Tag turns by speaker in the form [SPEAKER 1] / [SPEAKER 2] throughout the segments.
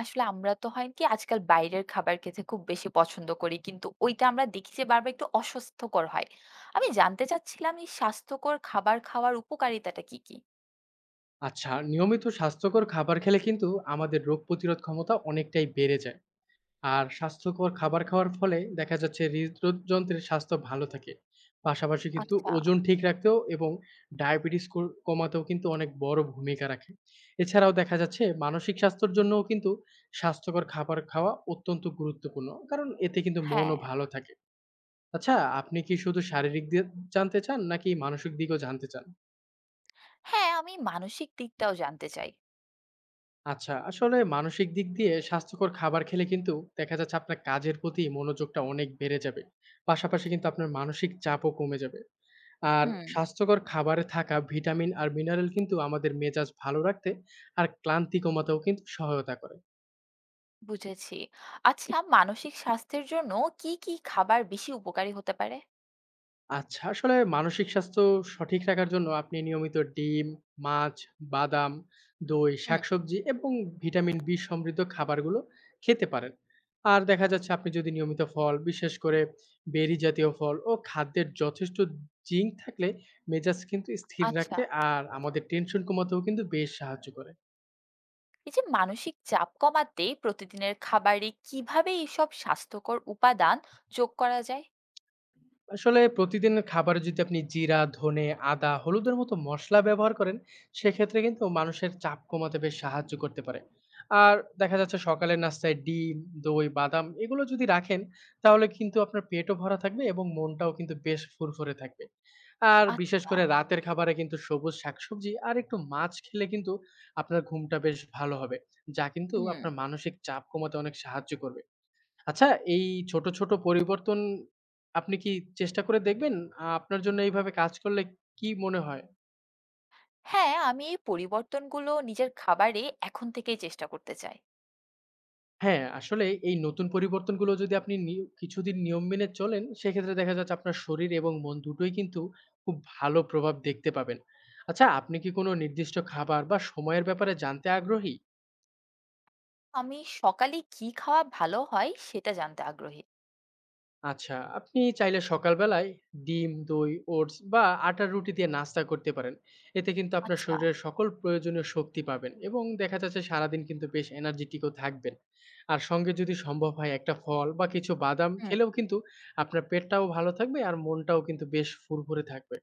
[SPEAKER 1] আসলে আমরা তো হয় কি আজকাল বাইরের খাবার খেতে খুব বেশি পছন্দ করি কিন্তু ওইটা আমরা দেখি যে বারবার একটু অস্বাস্থ্যকর হয়। আমি জানতে চাচ্ছিলাম এই স্বাস্থ্যকর খাবার খাওয়ার উপকারিতাটা কি, কি?
[SPEAKER 2] আচ্ছা, নিয়মিত স্বাস্থ্যকর খাবার খেলে কিন্তু আমাদের রোগ প্রতিরোধ ক্ষমতা অনেকটাই বেড়ে যায়। আর স্বাস্থ্যকর খাবার খাওয়ার ফলে দেখা যাচ্ছে হৃদযন্ত্রের স্বাস্থ্য ভালো থাকে, পাশাপাশি কিন্তু
[SPEAKER 1] আচ্ছা,
[SPEAKER 2] ওজন ঠিক রাখতেও এবং ডায়াবেটিস কমাতেও কিন্তু অনেক বড় ভূমিকা রাখে। এছাড়াও দেখা যাচ্ছে মানসিক স্বাস্থ্যের জন্যও কিন্তু স্বাস্থ্যকর খাবার খাওয়া অত্যন্ত গুরুত্বপূর্ণ, কারণ এতে কিন্তু মনও
[SPEAKER 1] হ্যাঁ।
[SPEAKER 2] ভালো থাকে। আচ্ছা, আপনি কি শুধু শারীরিক দিক জানতে চান নাকি মানসিক দিকও জানতে চান?
[SPEAKER 1] হ্যাঁ, আমি মানসিক দিকটাও জানতে চাই।
[SPEAKER 2] আচ্ছা, আসলে মানসিক দিক দিয়ে স্বাস্থ্যকর খাবার খেলে কিন্তু দেখা যাচ্ছে আপনার কাজের প্রতি মনোযোগটা অনেক বেড়ে যাবে। পাশাপাশি কিন্তু আপনার মানসিক চাপও কমে যাবে। আর
[SPEAKER 1] হুম,
[SPEAKER 2] স্বাস্থ্যকর খাবারে থাকা ভিটামিন আর মিনারেল কিন্তু আমাদের মেজাজ ভালো রাখতে আর ক্লান্তি কমাতেও কিন্তু সহায়তা করে।
[SPEAKER 1] বুঝেছি। আচ্ছা মানসিক স্বাস্থ্যের জন্য কি, কি খাবার বেশি উপকারী হতে পারে?
[SPEAKER 2] আচ্ছা, আসলে মানসিক স্বাস্থ্য সঠিক রাখার জন্য আপনি নিয়মিত ডিম, মাছ, বাদাম, দই,
[SPEAKER 1] হুম,
[SPEAKER 2] শাকসবজি এবং ভিটামিন B সমৃদ্ধ খাবারগুলো খেতে পারেন। আর দেখা যাচ্ছে আপনি যদি নিয়মিত ফল, বিশেষ করে বেরি জাতীয় ফল ও খাদ্যের যথেষ্ট জিঙ্ক থাকলে মেজাজ কিন্তু স্থির
[SPEAKER 1] আচ্ছা।
[SPEAKER 2] রাখতে আর আমাদের টেনশন কমাতেও কিন্তু বেশ সাহায্য করে।
[SPEAKER 1] এই যে মানসিক চাপ কমাতে প্রতিদিনের খাবারে কিভাবে এইসব স্বাস্থ্যকর উপাদান যোগ করা যায়?
[SPEAKER 2] আসলে প্রতিদিনের খাবারে যদি আপনি জিরা, ধনে, আদা, হলুদের মতো মসলা ব্যবহার করেন, সেক্ষেত্রে কিন্তু মানুষের চাপ কমাতে বেশ সাহায্য করতে পারে। আর দেখা যাচ্ছে সকালের নাস্তায় ডিম, দই, বাদাম এগুলো যদি রাখেন, তাহলে কিন্তু আপনার পেটও ভরা থাকবে এবং মনটাও কিন্তু বেশ ফুরফুরে থাকবে। আর বিশেষ
[SPEAKER 1] আচ্ছা,
[SPEAKER 2] করে রাতের খাবারে কিন্তু সবুজ শাকসবজি আর একটু মাছ খেলে কিন্তু আপনার ঘুমটা বেশ ভালো হবে, যা কিন্তু
[SPEAKER 1] হুম।
[SPEAKER 2] আপনার মানসিক চাপ কমাতে অনেক সাহায্য করবে। আচ্ছা, এই ছোট, ছোট পরিবর্তন আপনি কি চেষ্টা করে দেখবেন? আপনার জন্য এইভাবে কাজ করলে কি মনে হয়?
[SPEAKER 1] হ্যাঁ, আমি এই পরিবর্তনগুলো নিজের খাবারে এখন থেকেই চেষ্টা করতে চাই।
[SPEAKER 2] হ্যাঁ, আসলে এই নতুন পরিবর্তনগুলো যদি আপনি কিছুদিন নিয়ম মেনে চলেন, সেক্ষেত্রে দেখা যাচ্ছে আপনার শরীর এবং মন দুটোই কিন্তু খুব ভালো প্রভাব দেখতে পাবেন। আচ্ছা, আপনি কি কোনো নির্দিষ্ট খাবার বা সময়ের ব্যাপারে জানতে আগ্রহী?
[SPEAKER 1] আমি সকালে কি খাওয়া ভালো হয় সেটা জানতে আগ্রহী।
[SPEAKER 2] আচ্ছা, আপনি চাইলে সকালবেলায় ডিম, দই, ওটস বা আটার রুটি দিয়ে নাস্তা করতে পারেন। এতে কিন্তু আপনার
[SPEAKER 1] আচ্ছা,
[SPEAKER 2] শরীরের সকল প্রয়োজনীয় শক্তি পাবেন এবং দেখা যাচ্ছে সারাদিন কিন্তু বেশ এনার্জেটিকও থাকবেন। আর সঙ্গে যদি সম্ভব হয় একটা ফল বা কিছু বাদাম
[SPEAKER 1] হুম।
[SPEAKER 2] খেলেও কিন্তু আপনার পেটটাও ভালো থাকবে আর মনটাও কিন্তু বেশ ফুরফুরে থাকবে।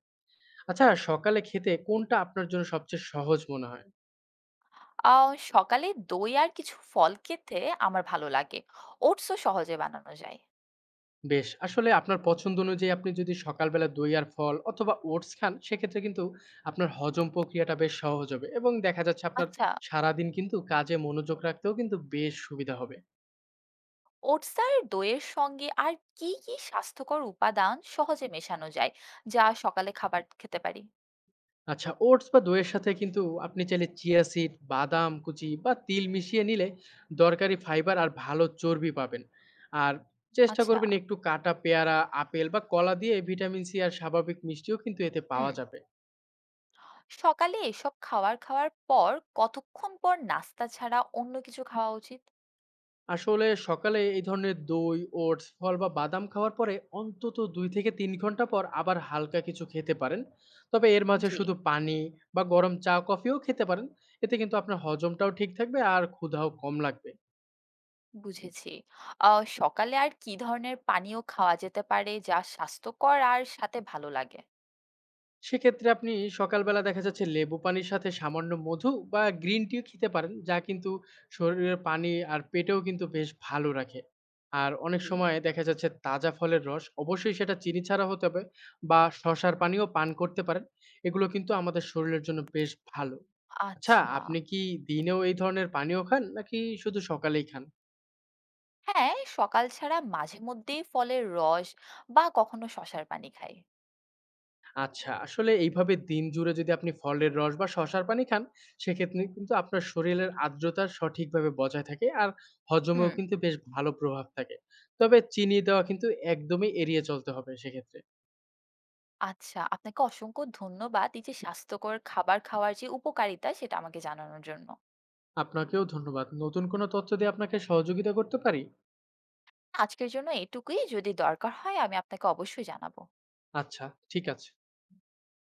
[SPEAKER 2] আচ্ছা, সকালে খেতে কোনটা আপনার জন্য সবচেয়ে সহজ মনে হয়?
[SPEAKER 1] আ সকালে দই আর কিছু ফল খেতে আমার ভালো লাগে। ওটসও সহজে বানানো যায়।
[SPEAKER 2] বেশ! আসলে আপনার পছন্দ অনুযায়ী আপনি যদি সকালবেলা দই আর ফল অথবা ওটস খান, সেক্ষেত্রে কিন্তু আপনার হজম প্রক্রিয়াটা বেশ সহজ হবে এবং দেখা যাচ্ছে আপনার
[SPEAKER 1] আচ্ছা,
[SPEAKER 2] সারাদিন কিন্তু কাজে মনোযোগ রাখতেও কিন্তু বেশ সুবিধা হবে।
[SPEAKER 1] ওটস আর দইয়ের সঙ্গে আর কি, কি স্বাস্থ্যকর উপাদান সহজে মেশানো যায়, যা সকালে খাবার খেতে পারি?
[SPEAKER 2] আচ্ছা, ওটস বা দইয়ের সাথে কিন্তু আপনি চাইলে চিয়া সিড, বাদাম কুচি বা তিল মিশিয়ে নিলে দরকারি ফাইবার আর ভালো চর্বি পাবেন। আর চেষ্টা
[SPEAKER 1] আচ্ছা,
[SPEAKER 2] করবেন একটু কাটা পেয়ারা, আপেল বা কলা দিয়ে ভিটামিন সি আর স্বাভাবিক মিষ্টিও কিন্তু এতে
[SPEAKER 1] হুম।
[SPEAKER 2] পাওয়া যাবে।
[SPEAKER 1] সকালে এসব খাবার খাওয়ার পর কতক্ষণ পর নাস্তা ছাড়া অন্য কিছু খাওয়া উচিত?
[SPEAKER 2] আসলে সকালে এই ধরনের দই, ওটস, ফল বা বাদাম খাওয়ার পরে অন্তত ২ থেকে ৩ ঘন্টা পর আবার হালকা কিছু খেতে পারেন। তবে এর মাঝে
[SPEAKER 1] জি।
[SPEAKER 2] শুধু পানি বা গরম চা, কফিও খেতে পারেন। এতে কিন্তু আপনার হজমটাও ঠিক থাকবে আর ক্ষুধাও কম লাগবে।
[SPEAKER 1] বুঝেছি। আ সকালে আর কি ধরনের পানীয় খাওয়া যেতে পারে যা স্বাস্থ্যকর আর সাথে ভালো লাগে?
[SPEAKER 2] সেক্ষেত্রে আপনি সকালবেলা দেখা যাচ্ছে লেবু পানির সাথে সামান্য মধু বা গ্রিন টিও খেতে পারেন, যা কিন্তু শরীরের পানি আর পেটেও কিন্তু বেশ ভালো রাখে। আর অনেক
[SPEAKER 1] জি।
[SPEAKER 2] সময় দেখা যাচ্ছে তাজা ফলের রস, অবশ্যই সেটা চিনি ছাড়া হতে হবে, বা শসার পানিও পান করতে পারেন। এগুলো কিন্তু আমাদের শরীরের জন্য বেশ ভালো। আচ্ছা,
[SPEAKER 1] আচ্ছা।
[SPEAKER 2] আপনি কি দিনেও এই ধরনের পানীয় খান নাকি শুধু সকালেই খান?
[SPEAKER 1] হ্যাঁ, সকাল ছাড়া মাঝে মধ্যেই ফলের রস বা কখনো শসার পানি খাই।
[SPEAKER 2] আচ্ছা, আসলে এইভাবে দিন জুড়ে যদি আপনি ফলের রস বা শসার পানি খান, সেক্ষেত্রে কিন্তু আপনার শরীরের আর্দ্রতা সঠিকভাবে বজায় থাকে আর হজমেও
[SPEAKER 1] হুম।
[SPEAKER 2] কিন্তু বেশ ভালো প্রভাব থাকে। তবে চিনি দেওয়া কিন্তু একদমই এড়িয়ে চলতে হবে সেক্ষেত্রে।
[SPEAKER 1] আচ্ছা, আপনাকে অসংখ্য ধন্যবাদ এই যে স্বাস্থ্যকর খাবার খাওয়ার যে উপকারিতা সেটা আমাকে জানানোর জন্য।
[SPEAKER 2] আপনাকেও ধন্যবাদ। নতুন কোনো তথ্য দিয়ে আপনাকে সহযোগিতা করতে পারি?
[SPEAKER 1] আজকের জন্য এটুকুই। যদি দরকার হয় আমি আপনাকে অবশ্যই জানাবো।
[SPEAKER 2] আচ্ছা, ঠিক আছে।